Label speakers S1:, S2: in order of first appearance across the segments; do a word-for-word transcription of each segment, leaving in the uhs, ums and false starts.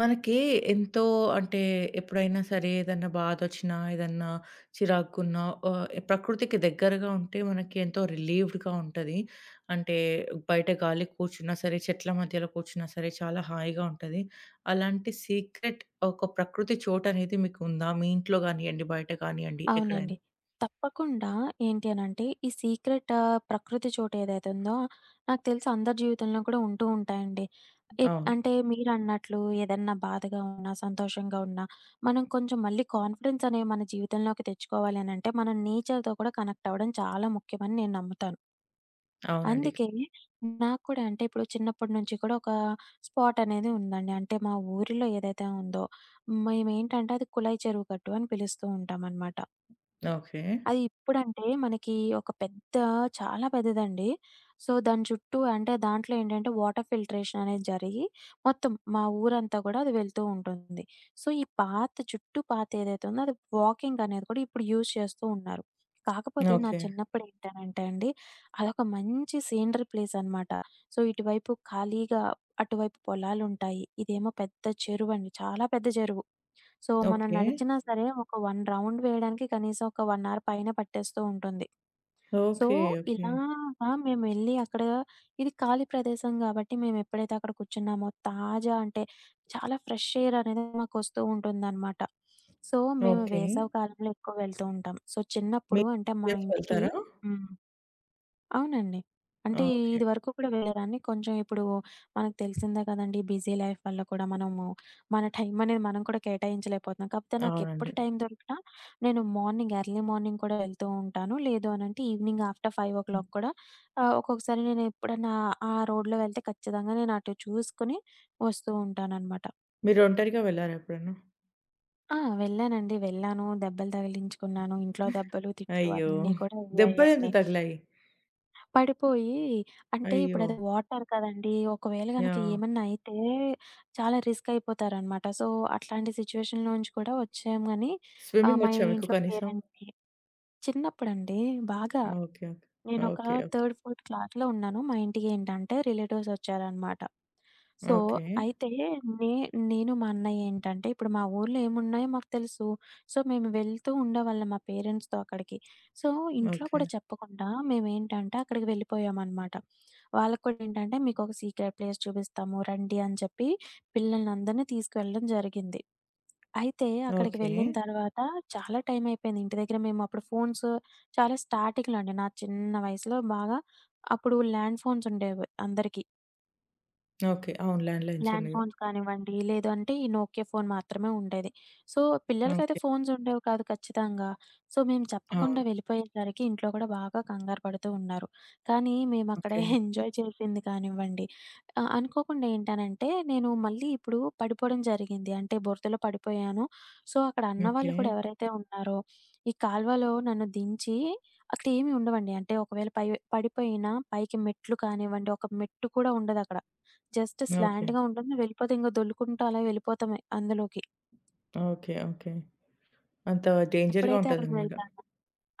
S1: మనకి ఎంతో అంటే ఎప్పుడైనా సరే ఏదన్నా బాధొచ్చినా, ఏదన్నా చిరాకున్నా ఆహ్, ప్రకృతికి దగ్గరగా ఉంటే మనకి ఎంతో రిలీవ్డ్‌గా ఉంటది. అంటే బయట గాలికి కూర్చున్నా సరే, చెట్ల మధ్యలో కూర్చున్నా సరే చాలా హాయిగా ఉంటది. అలాంటి సీక్రెట్ ఒక ప్రకృతి చోటనేది మీకుందా? మీ ఇంట్లో గానియ్యండి, బయట గానియ్యండి
S2: అవునండి.
S1: ఎక్కడైనా?
S2: తప్పకుండా ఏంటి అనంటే, ఈ సీక్రెట్ ఆహ్, ప్రకృతి చోటు ఏదైతే ఉందో, నాకు తెలిసి అందరి జీవితంలో కూడా ఉంటూ ఉంటాయండి. ఎప్
S1: అవును.
S2: అంటే మీరన్నట్లు ఏదన్నా బాధగా ఉన్నా, సంతోషంగా ఉన్నా, మనం కొంచెం మళ్ళీ కాన్ఫిడెన్స్ అనేవి మన జీవితంలోకి తెచ్చుకోవాలి అనంటే, మనం నేచర్‌తో కూడా కనెక్ట్ అవ్వడం చాలా ముఖ్యమని నేను నమ్ముతాను.
S1: అవునండి.
S2: అందుకే నాకు కూడా అంటే, ఇప్పుడు చిన్నప్పటి నుంచి కూడా ఒక స్పాట్ అనేది ఉందండి. అంటే మా ఊరిలో ఏదైతే ఉందో, మేమేంటంటే అది కుళాయి చెరువు గట్టు అని పిలుస్తూ ఉంటామనమాట.
S1: ఓకే.
S2: అది ఇప్పుడంటే మనకి ఒక పెద్ద చాలా పెద్దదండి. సో, దాని చుట్టూ అంటే దాంట్లో ఏంటంటే వాటర్ ఫిల్టరేషన్ అనేది జరిగి మొత్తం మా ఊరంతా గూడా అది వెళ్తూ ఉంటుంది. సో, ఈ పాత చుట్టూ పాత ఏదైతే ఉందో అది వాకింగ్ అనేది కూడా ఇప్పుడు యూజ్ చేస్తూ ఉన్నారు. కాకపోతే నా
S1: ఓకే.
S2: చిన్నప్పుడు ఏంటనంటే అండి అదొక మంచి సీనరీ ప్లేస్ అనమాట. సో, ఇటువైపు ఖాళీగా అటువైపు పొలాలుంటాయి. ఇదేమో పెద్ద చెరువండి. చాలా పెద్ద చెరువు. సో, మనం
S1: ఓకే.
S2: నడిచినా సరే ఒక ఒకటి రౌండ్ వేయడానికి కనీసం ఒక ఒకటి అవర్ పైనే పట్టేస్తూ ఉంటుంది. So,
S1: okay. ఓకే.
S2: ఇలాగా మేమెళ్లి అక్కడ ఇది ఖాళీ ప్రదేశం గాబట్టి మేమెప్పుడైతే అక్కడ కూర్చున్నామో తాజా అంటే చాలా ఫ్రెష్ ఎయిర్ అనేది మాకొస్తూ ఉంటుందనమాట. సో, మేము
S1: ఓకే.
S2: వేసవి కాలంలో ఎక్కువ వెళ్తూ ఉంటాం. సో, చిన్నప్పుడు అంటే మా
S1: మీరు
S2: ఇంటికి
S1: వెళ్తారా?
S2: హ్మ్. అవునండి. అంటే
S1: ఓకే.
S2: ఇదివరకు కూడా వెళ్ళేదాన్ని. కొంచెం ఇప్పుడు మనకు తెలిసిందే కదండీ! బిజీ లైఫ్ వల్ల కూడా మనము మన టైం అనేది మనం కూడా కేటాయించలేకపోతున్నాం. కాకపోతే
S1: అవునండి.
S2: నాకెప్పుడు టైం దొరికినా నేను మార్నింగ్, ఎర్లీ మార్నింగ్ కూడా వెళ్తూ ఉంటాను. లేదు అనంటే ఈవినింగ్ ఆఫ్టర్ ఐదు గంటలకి కూడా ఆహ్, ఒక్కొక్కసారి నేను ఎప్పుడన్నా ఆ రోడ్‌లో వెళ్తే ఖచ్చితంగా నేను అటు చూసుకొని వస్తూ ఉంటాననమాట.
S1: మీరు ఒంటరిగా వెళ్లారా ఎప్పుడన్నా?
S2: ఆ! వెళ్ళానండి. వెళ్ళాను. దెబ్బలు తగిలించుకున్నాను. ఇంట్లో దెబ్బలు, తిట్లు
S1: అయ్యో!
S2: అన్నీ కూడా అయ్యాయండి.
S1: దెబ్బలెందుకు తగిలాయి?
S2: పడిపోయి అంటే
S1: అయ్యో!
S2: ఇప్పుడది వాటర్ కదండీ! ఒకవేళ గనక
S1: యాహ్!
S2: ఏమన్నా అయితే చాలా రిస్క్ అయిపోతారనమాట. సో, అట్లాంటి సిట్యుయేషన్‌లో నుంచి కూడా వచ్చాం గానీ ఆహ్,
S1: స్విమ్మింగ్
S2: మా
S1: వచ్చా మీకు
S2: ఇంట్లో
S1: కనీసం?
S2: పేరెంట్స్‌కి చిన్నప్పుడండి బాగా.
S1: ఓకే.
S2: నేనొక
S1: ఓకే. ఓకే.
S2: థర్డ్, ఫోర్త్ క్లాస్‌లో ఉన్నాను. మా ఇంటికేంటంటే రిలేటివ్స్ వచ్చారనమాట.
S1: ఓకే.
S2: So,
S1: okay.
S2: అయితే నే నేను మా అన్నయ్య ఏంటంటే ఇప్పుడు మా ఊర్లో ఏమున్నాయో మాకు తెలుసు. సో, మేము వెళ్తూ ఉండేవాళ్ళం మా పేరెంట్స్‌తో అక్కడికి. సో, ఇంట్లో
S1: ఓకే.
S2: కూడా చెప్పకుండా మేమేంటంటే అక్కడికి వెళ్ళిపోయామనమాట. వాళ్ళకి కూడా ఏంటంటే మీకొక సీక్రెట్ ప్లేస్ చూపిస్తాము రండి అని చెప్పి పిల్లల్నందరిని తీసుకువెళ్ళడం జరిగింది. అయితే అక్కడికి
S1: ఓకే.
S2: వెళ్ళిన తర్వాత చాలా టైం అయిపోయింది. ఇంటి దగ్గర మేము అప్పుడు ఫోన్స్ చాలా స్టార్టింగ్‌లో అండి. నా చిన్న వయసులో బాగా అప్పుడు ల్యాండ్ ఫోన్స్ ఉండేవి అందరికీ.
S1: ఓకే. అవును. ల్యాండ్‌లైన్స్
S2: ల్యాండ్
S1: ఉండేవి.
S2: ఫోన్స్ కానివ్వండి, లేదు అంటే ఈ నోకియా ఫోన్ మాత్రమే ఉండేది. సో, పిల్లలకైతే
S1: ఓకే.
S2: ఫోన్స్ ఉండేవి కాదు ఖచ్చితంగా. సో, మేము
S1: అవును.
S2: చెప్పకుండా వెళ్ళిపోయేసరికి ఇంట్లో కూడా బాగా కంగారు పడుతూ ఉన్నారు. కానీ మేమక్కడ
S1: ఓకే.
S2: ఎంజాయ్ చేసింది కానివ్వండి, ఆహ్, అనుకోకుండా ఏంటనంటే నేను మళ్ళీ ఇప్పుడు పడిపోవడం జరిగింది. అంటే బురదలో పడిపోయాను. సో, అక్కడ
S1: ఓకే.
S2: అన్నవాళ్ళు కూడా ఎవరైతే ఉన్నారో, ఈ కాల్వలో నన్ను దించి అక్కడ ఏమి ఉండవండి. అంటే ఒకవేళ పై పడిపోయినా పైకి మెట్లు కానివ్వండి, ఒక మెట్టు కూడా ఉండదక్కడ. Just
S1: okay.
S2: స్లాంట్‌గా ఉంటుంది. వెళ్ళిపోతే ఇంక దొర్లుకుంటూ అలా వెళ్ళిపోతామే అందులోకి.
S1: ఓకే. ఓకే. అంత డేంజర్‌గా
S2: ఎప్పుడైతే అక్కడికి
S1: ఉంటదన్నమాట.
S2: వెళ్తానో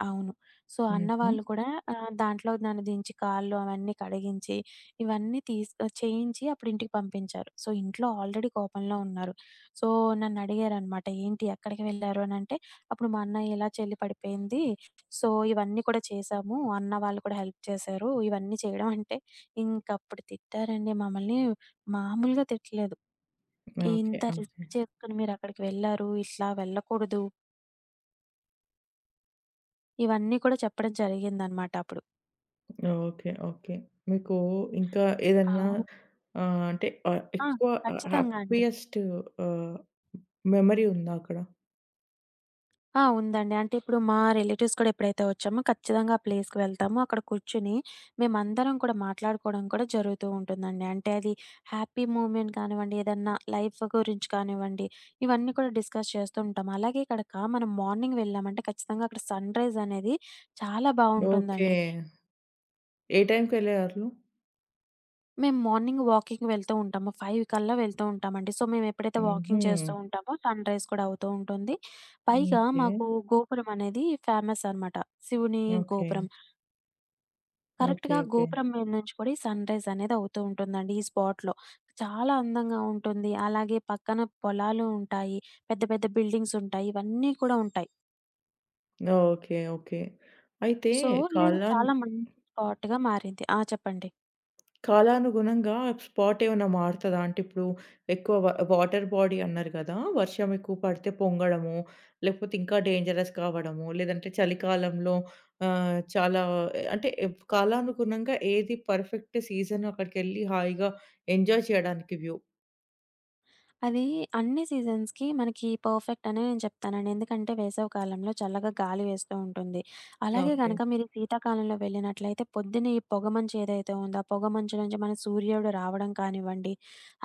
S2: అవును. సో, అన్న
S1: హుహు.
S2: వాళ్ళు కూడా ఆహ్, దాంట్లో నన్ను దించి కాళ్ళు అవన్నీ కడిగించి, ఇవన్నీ తీస్ ఆహ్, చేయించి అప్పుడు ఇంటికి పంపించారు. సో, ఇంట్లో ఆల్రెడీ కోపంలో ఉన్నారు. సో, నన్నడిగారనమాట. "ఏంటి ఎక్కడికి వెళ్లారు?" అనంటే, అప్పుడు మా అన్నయ్య ఇలా చెల్లి పడిపోయింది. సో, ఇవన్నీ కూడా చేశాము. అన్న వాళ్ళు కూడా హెల్ప్ చేశారు. ఇవన్నీ చేయడం అంటే ఇంకప్పుడు తిట్టారండి మమ్మల్ని. మామూలుగా తిట్టలేదు.
S1: ఓకే.
S2: ఇంత
S1: ఓకే.
S2: రిస్క్ చేసుకొని మీరక్కడికి వెళ్లారు. ఇట్లా వెళ్ళకూడదు. ఇవన్నీ కూడా చెప్పడం జరిగిందనమాట అప్పుడు.
S1: ఓకే. ఓకే. మీకు ఇంకా ఏదన్నా
S2: అవును.
S1: ఆహ్, అంటే ఆహ్,
S2: ఆ!
S1: ఎక్కువ ఆహ్,
S2: ఖచ్చితంగా అండి.
S1: హ్యాపీయెస్ట్ ఆహ్, మెమరీ ఉందా అక్కడ?
S2: ఆ! ఉందండి. అంటే ఇప్పుడు మా రిలేటివ్స్ కూడా ఎప్పుడైతే వచ్చామో ఖచ్చితంగా ఆ ప్లేస్‌కి వెళ్తాము. అక్కడ కూర్చొని మేమందరం కూడా మాట్లాడుకోవడం కూడా జరుగుతూ ఉంటుందండి. అంటే అది హ్యాపీ మూమెంట్ కానివ్వండి, ఏదన్నా లైఫ్ గురించి కానివ్వండి, ఇవన్నీ కూడా డిస్కస్ చేస్తూ ఉంటాం. అలాగే ఇక్కడక మనం మార్నింగ్ వెళ్ళామంటే ఖచ్చితంగా అక్కడ సన్‌రైజ్ అనేది చాలా
S1: ఓకే.
S2: బావుంటుందండి.
S1: ఏ టైంకెళ్ళేవాళ్ళు?
S2: మేము మార్నింగ్ వాకింగ్ వెళ్తూ ఉంటాము. ఐదు కల్లా వెళ్తూ ఉంటామండి. సో, మేమెప్పుడైతే
S1: హుహు.
S2: వాకింగ్ చేస్తూ ఉంటామో సన్‌రైజ్ కూడా అవుతూ ఉంటుంది. పైగా
S1: ఓకే.
S2: మాకు గోపురం అనేది ఫేమస్ అనమాట. శివుని
S1: ఓకే.
S2: గోపురం.
S1: ఓకే.
S2: కరెక్ట్‌గా
S1: ఓకే.
S2: గోపురం మీద నుంచి కూడా ఈ సన్‌రైజ్ అనేది అవుతూ ఉంటుందండి ఈ స్పాట్‌లో. చాలా అందంగా ఉంటుంది. అలాగే పక్కన పొలాలు ఉంటాయి. పెద్ద పెద్ద బిల్డింగ్స్ ఉంటాయి. ఇవన్నీ కూడా ఉంటాయి.
S1: ఓకే. ఓకే. అయితే
S2: సో, ఇది
S1: కాలాన్
S2: చాలా మంచి స్పాట్‌గా మారింది. ఆ! చెప్పండి.
S1: కాలానుగుణంగా స్పాట్ ఏమైనా మారుతదా? అంటే ఇప్పుడు ఎక్కువ వ వాటర్ బాడీ అన్నారు గదా! వర్షం ఎక్కువ పడితే పొంగడము, లేకపోతే ఇంకా డేంజరస్ కావడము, లేదంటే చలికాలంలో ఆహ్, చాలా అంటే ఎప్- కాలానుగుణంగా ఏది పర్ఫెక్ట్ సీజన్ అక్కడికెళ్ళి హాయిగా ఎంజాయ్ చేయడానికి వ్యూ.
S2: అది అన్ని సీజన్స్‌కి మనకి పర్ఫెక్ట్ అనే నేను చెప్తానండి. ఎందుకంటే వేసవి కాలంలో చల్లగా గాలి వేస్తూ ఉంటుంది. అలాగే
S1: ఓకే.
S2: గనక మీరు శీతాకాలంలో వెళ్ళినట్లయితే పొద్దున్నే ఈ పొగమంచు ఏదైతే ఉందో, ఆ పొగమంచు నుంచి మన సూర్యుడు రావడం కానివ్వండి,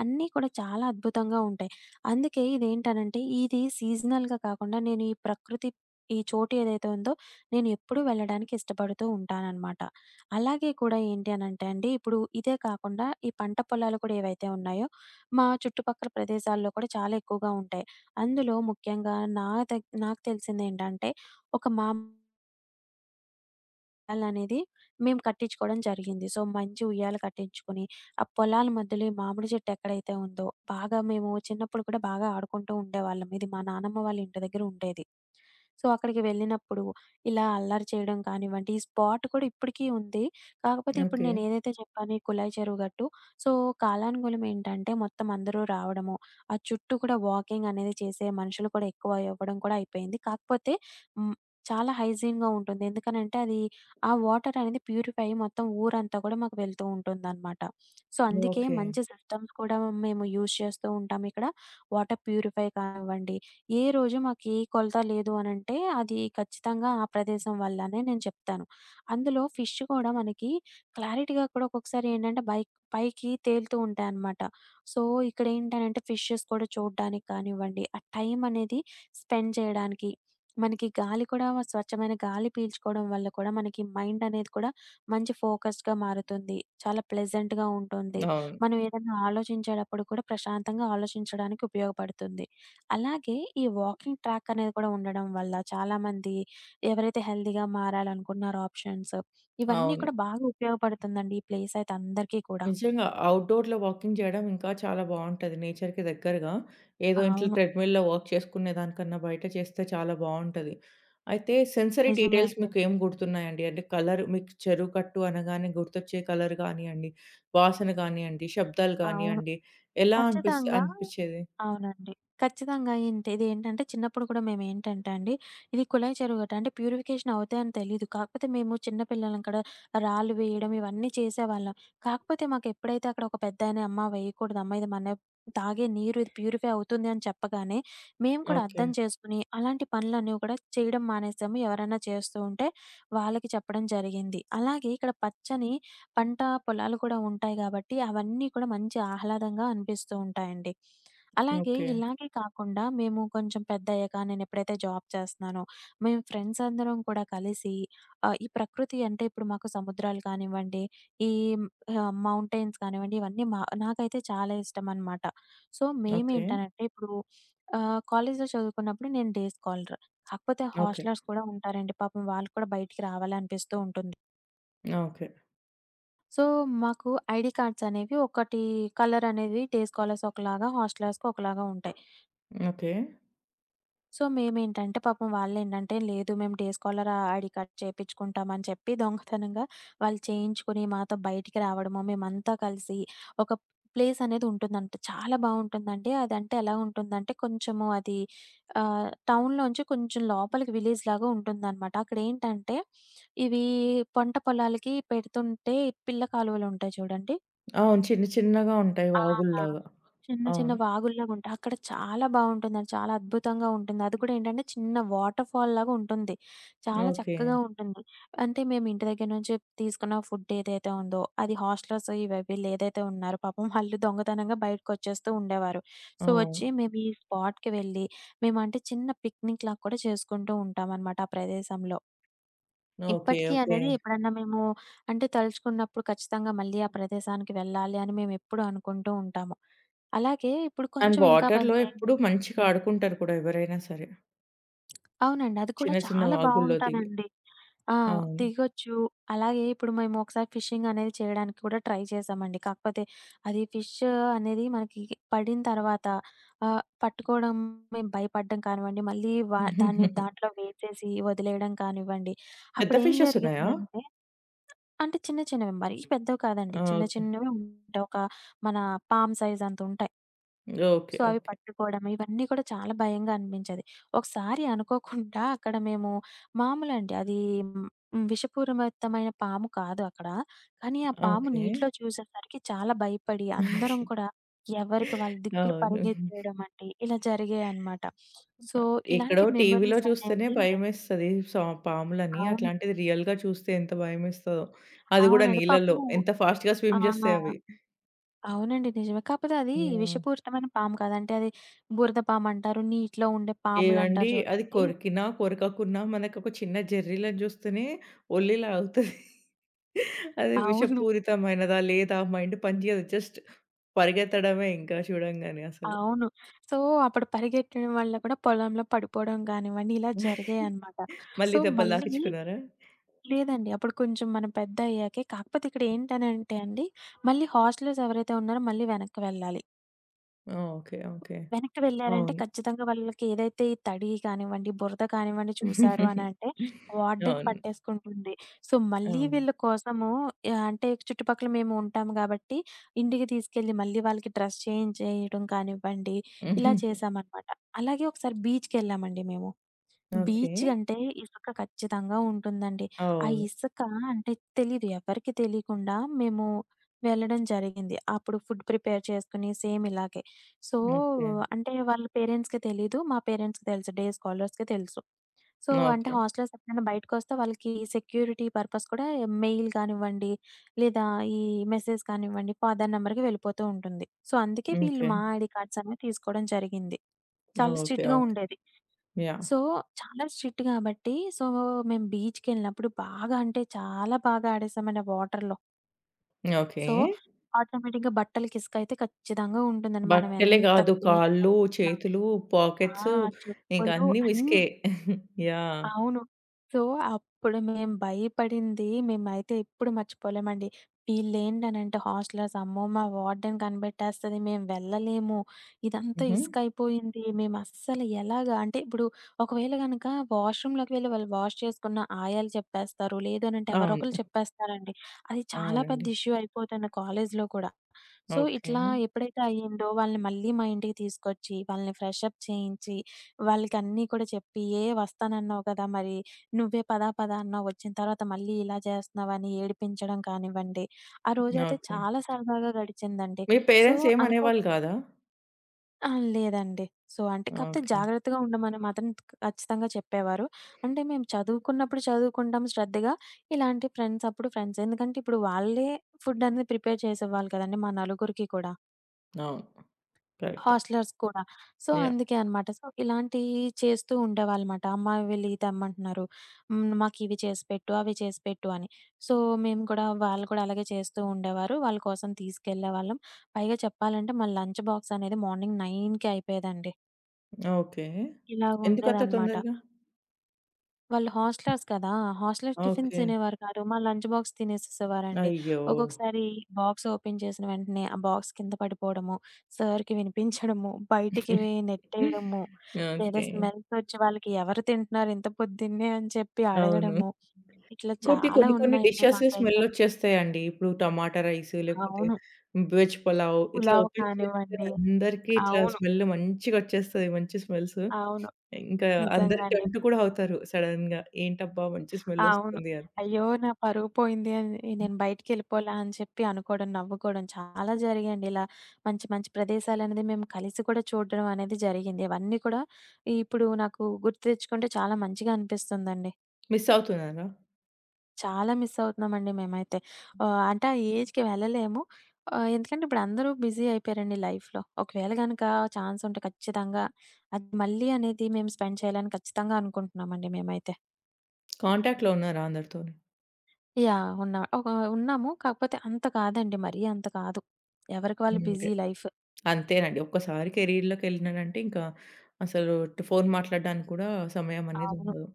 S2: అన్నీ కూడా చాలా అద్భుతంగా ఉంటాయి. అందుకే ఇదేంటనంటే ఇది సీజనల్‌గా కాకుండా నేను ఈ ప్రకృతి ఈ చోటు ఏదైతే ఉందో నేను ఎప్పుడూ వెళ్ళడానికి ఇష్టపడుతూ ఉంటాననమాట. అలాగే కూడా ఏంటి అనంటే అండి ఇప్పుడు ఇదే కాకుండా ఈ పంట పొలాలు కూడా ఏవైతే ఉన్నాయో మా చుట్టుపక్కల ప్రదేశాల్లో కూడా చాలా ఎక్కువగా ఉంటాయి. అందులో ముఖ్యంగా నా దగ్ నాకు తెలిసిందేంటంటే ఒక మా ఉయ్యాల అనేది మేము కట్టించుకోవడం జరిగింది. సో, మంచి ఉయ్యాల కట్టించుకొని, ఆ పొలాల మధ్యలో ఈ మామిడి చెట్టు ఎక్కడైతే ఉందో, బాగా మేము చిన్నప్పుడు కూడా బాగా ఆడుకుంటూ ఉండేవాళ్ళం. ఇది మా నానమ్మ వాళ్ళ ఇంటి దగ్గర ఉండేది. సో, అక్కడికి వెళ్ళినప్పుడు ఇలా అల్లరి చేయడం కానివ్వండి, ఈ స్పాట్ కూడా ఇప్పటికీ ఉంది. కాకపోతే ఇప్పుడు
S1: ఓకే.
S2: నేను ఏదైతే చెప్పానో ఈ కుళాయి చెరువు గట్టు. సో, కాలానుగుణం ఏంటంటే మొత్తం అందరూ రావడము, ఆ చుట్టూ కూడా వాకింగ్ అనేది చేసే మనుషులు కూడా ఎక్కువ అవ్వడం కూడా అయిపోయింది. కాకపోతే హ్మ్, చాలా హైజీన్‌గా ఉంటుంది. ఎందుకనంటే అది ఆ వాటర్ అనేది ప్యూరిఫై అయ్యి మొత్తం ఊరంతా కూడా మాకు వెళ్తూ ఉంటుందనమాట. సో, అందుకే
S1: ఓకే.
S2: మంచి సిస్టమ్స్ కూడా మేము యూజ్ చేస్తూ ఉంటాం ఇక్కడ. వాటర్ ప్యూరిఫై కానివ్వండి, ఏ రోజు మాకు ఏ కొలత లేదు అనంటే అది ఖచ్చితంగా ఆ ప్రదేశం వల్లనే నేను చెప్తాను. అందులో ఫిష్ కూడా మనకి క్లారిటీగా కూడా ఒక్కొక్కసారి ఏంటంటే బై పైకి తేలుతూ ఉంటాయనమాట. సో, ఇక్కడేంటనంటే ఫిషెస్ కూడా చూడడానికి కానివ్వండి, ఆ టైం అనేది స్పెండ్ చేయడానికి మనకి గాలి కూడా వ- స్వచ్ఛమైన గాలి పీల్చుకోవడం వల్ల కూడా మనకి మైండ్ అనేది కూడా మంచి ఫోకస్డ్‌గా మారుతుంది. చాలా ప్లెజెంట్‌గా ఉంటుంది.
S1: అవును.
S2: మనం ఏదైనా ఆలోచించేటప్పుడు కూడా ప్రశాంతంగా ఆలోచించడానికి ఉపయోగపడుతుంది. అలాగే ఈ వాకింగ్ ట్రాక్ అనేది కూడా ఉండడం వల్ల చాలామంది ఎవరైతే హెల్తీగా మారాలనుకుంటున్నారో ఆప్షన్స్ ఇవన్నీ
S1: అవును.
S2: కూడా బాగా ఉపయోగపడుతుందండి. ఈ ప్లేస్ అయితే అందరికీ కూడా.
S1: నిజంగా. అవుట్‌డోర్‌లో వాకింగ్ జేయడం ఇంకా చాలా బావుంటది. నేచర్‌కి దగ్గరగా. ఏదో ఇంట్లో
S2: అవును.
S1: ట్రెడ్‌మిల్‌లో వాక్ చేసుకునే దానికన్నా బయట చేస్తే చాలా బావుంటది. అయితే సెన్సరీ
S2: నిజమే
S1: డీటెయిల్స్
S2: అండి.
S1: మీకేం గుర్తున్నాయండి? అంటే కలర్ మీకు చెరుగట్టు అనగానే గుర్తొచ్చే కలర్ గానియండి, వాసన గానియండి, శబ్దాలు
S2: అవును.
S1: గానియండి ఎలా అనిపిస్
S2: ఖచ్చితంగా
S1: అనిపిచ్చేది?
S2: అవునండి. ఖచ్చితంగా ఇంతే. ఇదేంటంటే చిన్నప్పుడు కూడా మేమేంటంటే అండి, ఇది కుళాయి చెరువు గట్టా అంటే ప్యూరిఫికేషన్ అవుతాయని తెలీదు. కాకపోతే మేము చిన్న పిల్లలం కదా! రాళ్ళు వేయడం ఇవన్నీ చేసేవాళ్ళం. కాకపోతే మాకెప్పుడైతే అక్కడ ఒక పెద్దాయన "అమ్మా! వేయకూడదమ్మా! ఇది మన తాగే నీరు ఇది ప్యూరిఫై అవుతుంది" అని చెప్పగానే, మేము కూడా
S1: ఓకే.
S2: అర్థం చేసుకొని అలాంటి పనులనేవి కూడా చేయడం మానేసాము. ఎవరైనా చేస్తూ ఉంటే వాళ్ళకి చెప్పడం జరిగింది. అలాగే ఇక్కడ పచ్చని పంట పొలాలు కూడా ఉంటాయి గాబట్టి అవన్నీ కూడా మంచి ఆహ్లాదంగా అనిపిస్తూ ఉంటాయండి. అలాగే
S1: ఓకే.
S2: ఇలాగే కాకుండా మేము కొంచెం పెద్దయ్యాక నేనెప్పుడైతే జాబ్ చేస్తున్నానో, మేము ఫ్రెండ్స్ అందరం కూడా కలిసి ఆహ్, ఈ ప్రకృతి అంటే ఇప్పుడు మాకు సముద్రాలు కానివ్వండి, ఈ ఆహ్, మౌంటైన్స్ కానివ్వండి, ఇవన్నీ మా నాకైతే చాలా ఇష్టమనమాట. So,
S1: okay.
S2: మేమేంటనంటే ఇప్పుడు ఆహ్, కాలేజ్‌లో చదువుకున్నప్పుడు నేను డే స్కాలర్. కాకపోతే
S1: ఓకే.
S2: హాస్టలర్స్ కూడా ఉంటారండి. పాపం వాళ్ళు కూడా బయటికి రావాలనిపిస్తూ ఉంటుంది.
S1: ఓకే.
S2: సో, మాకు ఐడీ కార్డ్స్ అనేవి ఒకటి కలర్ అనేది డే స్కాలర్స్ ఒకలాగా, హాస్టలర్స్‌కి ఒకలాగా ఉంటాయి.
S1: ఓకే.
S2: సో, మేమేంటంటే పాపం వాళ్ళేంటంటే, లేదు మేము డే స్కాలర్ ఐడీ కార్డ్ చేపిచ్చుకుంటామని చెప్పి దొంగతనంగా వాళ్ళు చేయించుకొని మాతో బయటికి రావడము, మేమంతా కలిసి ఒక ప్లేస్ అనేది ఉంటుందంట. చాలా బావుంటుందండి. అదంటే ఎలా ఉంటుందంటే కొంచెము అది ఆహ్, టౌన్‌లోంచి కొంచెం లోపలికి విలేజ్‌లాగా ఉంటుందనమాట. అక్కడేంటంటే ఇవి పంట పొలాలకి పెడుతుంటే, పిల్ల కాలువలుంటాయి చూడండి.
S1: అవును. చిన్న చిన్నగా ఉంటాయి
S2: ఆ!
S1: వాగుల్లాగా.
S2: చిన్న చిన్న
S1: అవును.
S2: వాగుల్లాగుంటాయి. అక్కడ చాలా బావుంటుందండి. చాలా అద్భుతంగా ఉంటుంది. అది కూడా ఏంటంటే చిన్న వాటర్ ఫాల్ లాగా ఉంటుంది. చాలా
S1: ఓకే.
S2: చక్కగా ఉంటుంది. అంటే మేము ఇంటి దగ్గర నుంచి తీసుకున్న ఫుడ్ ఏదైతే ఉందో అది హాస్టలర్స్ ఇవి వీళ్ళు ఏదైతే ఉన్నారో పాపం వాళ్ళు దొంగతనంగా బయటకొచ్చేస్తూ ఉండేవారు. సో,
S1: అవును.
S2: వచ్చి మేము ఈ స్పాట్‌కి వెళ్ళి మేమంటే చిన్న పిక్నిక్‌లాగా కూడా చేసుకుంటూ ఉంటామనమాట ఆ ప్రదేశంలో.
S1: ఓకే.
S2: ఇప్పటికి
S1: ఓకే.
S2: అనేది ఎప్పుడన్నా మేము అంటే తలుచుకున్నప్పుడు ఖచ్చితంగా మళ్ళీ ఆ ప్రదేశానికి వెళ్ళాలి అని మేమెప్పుడూ అనుకుంటూ ఉంటాము. అలాగే ఇప్పుడు
S1: అండ్
S2: కొంచెం ఇంకా
S1: వాటర్‌లో
S2: పెద్దయి హ్మ్.
S1: ఎప్పుడు మంచిగా ఆడుకుంటారు కూడా ఎవరైనా సరే.
S2: అవునండి. అది కూడా
S1: చిన్న చిన్న
S2: చాలా
S1: వాగుల్లో దిగి.
S2: బావుంటాదండి. ఆ!
S1: అవును.
S2: దిగొచ్చు. అలాగే ఇప్పుడు మేము ఒకసారి ఫిషింగ్ అనేది చేయడానికి కూడా ట్రై చేశామండి. కాకపోతే అది ఫిష్ అనేది మనకి పడిన తర్వాత ఆహ్, పట్టుకోవడం మేము భయపడడం కానివ్వండి, మళ్ళీ వా దాన్ని దాంట్లో వేసేసి వదిలేయడం కానివ్వండి.
S1: పెద్ద
S2: అప్పుడేం
S1: ఫిషెస్ ఉన్నాయా?
S2: జరిగిందంటే అంటే చిన్న చిన్నవి. మరీ పెద్దవి కాదండి.
S1: ఆ!
S2: చిన్న
S1: ఓకే.
S2: చిన్నవే ఉంటాయి. ఒక మన పామ్ సైజ్ అంతుంటాయి.
S1: ఓకే.
S2: సో, అవి
S1: ఓకే.
S2: పట్టుకోవడం ఇవన్నీ కూడా చాలా భయంగా అనిపించేది. ఒకసారి అనుకోకుండా అక్కడ మేము మామూలండి. అది హ్మ్, విషపూరితమైన పాము కాదు అక్కడ. కానీ ఆ పాము
S1: ఓకే.
S2: నీటిలో చూసేసరికి చాలా భయపడి అందరం కూడా ఎవరికి వాళ్ళ దిక్కులు
S1: అవును.
S2: పరిగెత్తేయడం అండి. ఇలా జరిగాయన్నమాట. సో,
S1: ఎక్కడో
S2: ఇలాంటి
S1: టీవీలో
S2: మెమోరీస్
S1: చూస్తేనే
S2: అనేవి
S1: భయమేస్తది సా పాములని.
S2: అవును.
S1: అట్లాంటిది రియల్‌గా చూస్తే ఎంత భయమేస్తదో. అది కూడా
S2: అవునండి.
S1: నీళ్ళలో.
S2: పాపము
S1: ఎంత ఫాస్ట్‌గా
S2: ఆ!
S1: స్విమ్ చేస్తాయి అవి.
S2: అవునండి. నిజమే. కాకపోతే అది
S1: యాహ్!
S2: విషపూరితమైన పాము కాదు. అంటే అది బురద పామంటారు. నీటిలో ఉండే
S1: ఏవండీ
S2: పాములంటారు
S1: అది
S2: చూడండి.
S1: కొరికినా, కొరకకున్నా మనకొక చిన్న జెర్రీలను చూస్తేనే ఒల్లిలా అవుతది. అది
S2: అవును.
S1: విషపూరితమైనదా? లేదా? మైండ్ పని చేయదు. జస్ట్ పరిగెత్తడమే ఇంకా చూడంగానే అసలు.
S2: అవును. సో, అప్పుడు పరిగెట్టడం వల్ల కూడా పొలంలో పడిపోవడం గానివ్వండి, ఇలా జరిగాయనమాట.
S1: మళ్ళీ
S2: సో,
S1: దెబ్బలు
S2: మళ్ళీ
S1: తాకిచ్చుకున్నారా?
S2: లేదండి. అప్పుడు కొంచెం మనం పెద్దయ్యాకే కాకపోతే ఇక్కడ ఏంటనంటే అండి, మళ్ళీ హాస్టలర్స్ ఎవరైతే ఉన్నారో మళ్ళీ వెనక్కి వెళ్ళాలి.
S1: ఆ! ఓకే. ఓకే.
S2: వెనక్కి వెళ్లారంటే
S1: అవును.
S2: ఖచ్చితంగా వాళ్ళకి ఏదైతే ఈ తడి కానివ్వండి, బురద కానివ్వండి చూసారు అనంటే వార్డెన్
S1: అవును.
S2: పట్టేసుకుంటుంది. సో, మళ్ళీ
S1: అవును.
S2: వీళ్ళ కోసము యాహ్, అంటే చుట్టుపక్కల మేము ఉంటాం గాబట్టి, ఇంటికి తీసుకెళ్ళి మళ్ళీ వాళ్ళకి డ్రెస్ చేంజ్ చేయడం కానివ్వండి, ఇలా చేశామనమాట. అలాగే ఒకసారి బీచ్‌కెళ్ళామండి మేము.
S1: ఓకే.
S2: బీచ్ అంటే ఇసుక ఖచ్చితంగా ఉంటుందండి. ఆ
S1: అవును.
S2: ఇసుక అంటే తెలీదు. ఎవరికీ తెలీకుండా మేము వెళ్ళడం జరిగింది. అప్పుడు ఫుడ్ ప్రిపేర్ చేసుకొని సేమ్ ఇలాగే. So,
S1: okay.
S2: అంటే వాళ్ళ పేరెంట్స్‌కి తెలీదు. మా పేరెంట్స్‌కి తెలుసు. డే స్కాలర్స్‌కి తెలుసు. సో, అంటే
S1: ఓకే.
S2: హాస్టల్స్ ఎప్పుడైనా బయటకొస్తే వాళ్ళకి సెక్యూరిటీ పర్పస్ కూడా మెయిల్ కానివ్వండి, లేదా ఈ మెసేజ్ కానివ్వండి, ఫాదర్ నంబర్‌కి వెళ్ళిపోతూ ఉంటుంది. సో, అందుకే వీళ్ళు
S1: ఓకే.
S2: మా ఐడీ కార్డ్స్ అనేవి తీసుకోవడం జరిగింది. చాలా
S1: ఓకే.
S2: స్ట్రిక్ట్‌గా
S1: ఓకే.
S2: ఉండేది.
S1: యాహ్!
S2: సో, చాలా స్ట్రిక్ట్ గాబట్టి, సో, మేము బీచ్‌కెళ్ళినప్పుడు బాగా అంటే చాలా బాగా ఆడేసామండి ఆ వాటర్‌లో.
S1: ఓకే.
S2: సో, ఆటోమేటిక్‌గా బట్టలకి ఇసుకైతే ఖచ్చితంగా ఉంటుందండి. మనం
S1: బట్టలే
S2: ఎంత
S1: గాదు
S2: క్లీన్
S1: కాళ్ళు,
S2: చేసుకున్నా
S1: చేతులు,
S2: ఆ!
S1: పాకెట్స్ ఇంక
S2: చెప్పులు
S1: అన్నీ
S2: అన్నీ.
S1: మిస్కే. యాహ్!
S2: అవును. సో, అప్పుడు మేము భయపడింది మేమైతే ఎప్పుడు మర్చిపోలేమండి. వీళ్ళేంటనంటే హాస్టలర్స్ అమ్మో! మా వార్డెన్ కనిపెట్టేస్తది. మేము వెళ్ళలేము. ఇదంతా
S1: హుహు.
S2: ఇసుకయిపోయింది. మేమస్సలు ఎలాగా అంటే ఇప్పుడు ఒకవేళ గనక వాష్‌రూమ్‌లోకి వెళ్లి వాళ్ళు వాష్ చేసుకున్న ఆయాలు చెప్పేస్తారు. లేదు అనంటే ఎవరో
S1: అవును.
S2: ఒకళ్ళు చెప్పేస్తారండి. అది చాలా పెద్ద
S1: అవునండి.
S2: ఇష్యూ అయిపోతుంది కాలేజీలో కూడా. So,
S1: okay.
S2: ఇట్లా ఎప్పుడైతే అయిందో వాళ్ళని మళ్ళీ మా ఇంటికి తీసుకొచ్చి, వాళ్ళని ఫ్రెష్ అప్ చేయించి, వాళ్ళకన్నీ కూడా చెప్పి, "ఏ వస్తానన్నావు కదా! మరి నువ్వే పదా పదా అన్నావు. వచ్చిన తర్వాత మళ్ళీ ఇలా చేస్తున్నావని" ఏడిపించడం కానివ్వండి, ఆ రోజైతే
S1: ఓకే.
S2: చాలా సరదాగా గడిచిందండి.
S1: మీ
S2: సో,
S1: పేరెంట్స్
S2: అనుకో
S1: ఏమనేవాళ్ళు కాదా?
S2: ఆ! లేదండి. సో, అంటే కాపోతే
S1: ఓకే.
S2: జాగ్రత్తగా ఉండమని మాత్రం ఖచ్చితంగా చెప్పేవారు. అంటే మేము చదువుకున్నప్పుడు చదువుకుంటాం శ్రద్ధగా. ఇలాంటి ఫ్రెండ్స్ అప్పుడు ఫ్రెండ్స్. ఎందుకంటే ఇప్పుడు వాళ్ళే ఫుడ్ అనేది ప్రిపేర్ చేసేవాళ్ళు కదండీ! మా నలుగురికి కూడా.
S1: అవును. కరెక్టే.
S2: హాస్టలర్స్ కూడా. So,
S1: yeah!
S2: అందుకే అన్నమాట. సో, ఇలాంటియి చేస్తూ ఉండేవాళ్ళమాట. అమ్మ వీళ్ళు ఇయి తెమ్మంటున్నారు. హ్మ్. మాకివి చేసి పెట్టు, అవి చేసి పెట్టు అని. సో, మేము కూడా వాళ్ళు కూడా అలాగే చేస్తూ ఉండేవారు. వాళ్ళ కోసం తీసుకెళ్ళేవాళ్ళం. పైగా చెప్పాలంటే మా లంచ్ బాక్స్ అనేది మార్నింగ్ తొమ్మిదికి అయిపోయేదండి.
S1: ఓకే.
S2: ఇలా
S1: ఎందుకంత
S2: ఉండేదన్నమాట.
S1: తొందరగా?
S2: వాళ్ళు హాస్టలర్స్ కదా! Hostellers tiffins
S1: okay.
S2: తినేవారు కాదు. మా లంచ్ బాక్స్ తినేసేసేవారండి.
S1: అయ్యో!
S2: ఒక్కొక్కసారి బాక్స్ ఓపెన్ చేసిన వెంటనే ఆ బాక్స్ కింద పడిపోవడము, సార్‌కి వినిపించడము, బయటికి నెట్టేయడము, లేదా
S1: ఓకే.
S2: స్మెల్స్ వచ్చి వాళ్ళకి ఎవరు తింటున్నారు ఇంత పొద్దున్నే అని చెప్పి
S1: అవును.
S2: అడగడము, ఇట్లా
S1: ఇంకోటి
S2: చాలా
S1: కొన్ని కొన్ని
S2: ఉన్నాయండి
S1: డిషెస్
S2: మాకైతే.
S1: స్మెల్లొచ్చేస్తాయండి. ఇప్పుడు టమాటా రైస్ లేకపోతే
S2: అవును.
S1: వెజ్ పులావ్ ఇట్లా
S2: పులావ్
S1: ఓపెన్ చేస్తే
S2: కానివ్వండి.
S1: అందరికీ ఇట్లా
S2: అవును.
S1: స్మెల్ మంచిగొచ్చేస్తది. మంచి స్మెల్స్.
S2: అవును.
S1: ఇంకా అందరూ
S2: నిజంగా అండి.
S1: టెంప్ట్ కూడా అవుతారు సడెన్‌గా. ఏంటబ్బా! మంచి
S2: అవును.
S1: స్మెల్లొస్తుంది అని.
S2: అయ్యో! నా పరువు పోయింది అని నేను బయటికెళ్ళిపోలా అని చెప్పి అనుకోవడం, నవ్వుకోవడం చాలా జరిగాయండి. ఇలా మంచి మంచి ప్రదేశాలనేది మేము కలిసి కూడా చూడడం అనేది జరిగింది. ఇవన్నీ కూడా ఇప్పుడు నాకు గుర్తు తెచ్చుకుంటే చాలా మంచిగా అనిపిస్తుందండి.
S1: మిస్ అవుతున్నారా?
S2: చాలా మిస్ అవుతున్నామండి మేమైతే. ఆహ్, అంటే ఆ ఏజ్‌కి వెళ్ళలేము. ఆహ్, ఎందుకంటే ఇప్పుడు అందరూ బిజీ అయిపోయారండి లైఫ్‌లో. ఒకవేళ గనక ఛాన్స్ ఉంటే ఖచ్చితంగా అది మళ్ళీ అనేది మేము స్పెండ్ చేయాలని ఖచ్చితంగా అనుకుంటున్నామండి మేమైతే.
S1: కాంటాక్ట్‌లో ఉన్నారా అందరితోని?
S2: యాహ్! ఉన్నా ఒక ఉన్నాము. కాకపోతే అంత కాదండి. మరీ అంత కాదు. ఎవరికి వాళ్ళు
S1: అంతే.
S2: Busy life.
S1: అంతేనండి. ఒక్కసారి కెరీర్‌లోకెళ్ళినానంటే ఇంకా అసలు ఫోను మాట్లాడడానికి కూడా సమయం అనేది
S2: అవును.
S1: ఉండదు.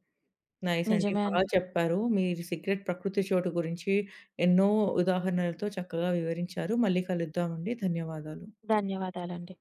S1: నైస్ అండి.
S2: నిజమే
S1: బాగా
S2: అండి.
S1: చెప్పారు. మీ సీక్రెట్ ప్రకృతి చోటు గురించి ఎన్నో ఉదాహరణలతో చక్కగా వివరించారు. మళ్ళీ కలుద్దామండి. ధన్యవాదాలు.
S2: ధన్యవాదాలండి.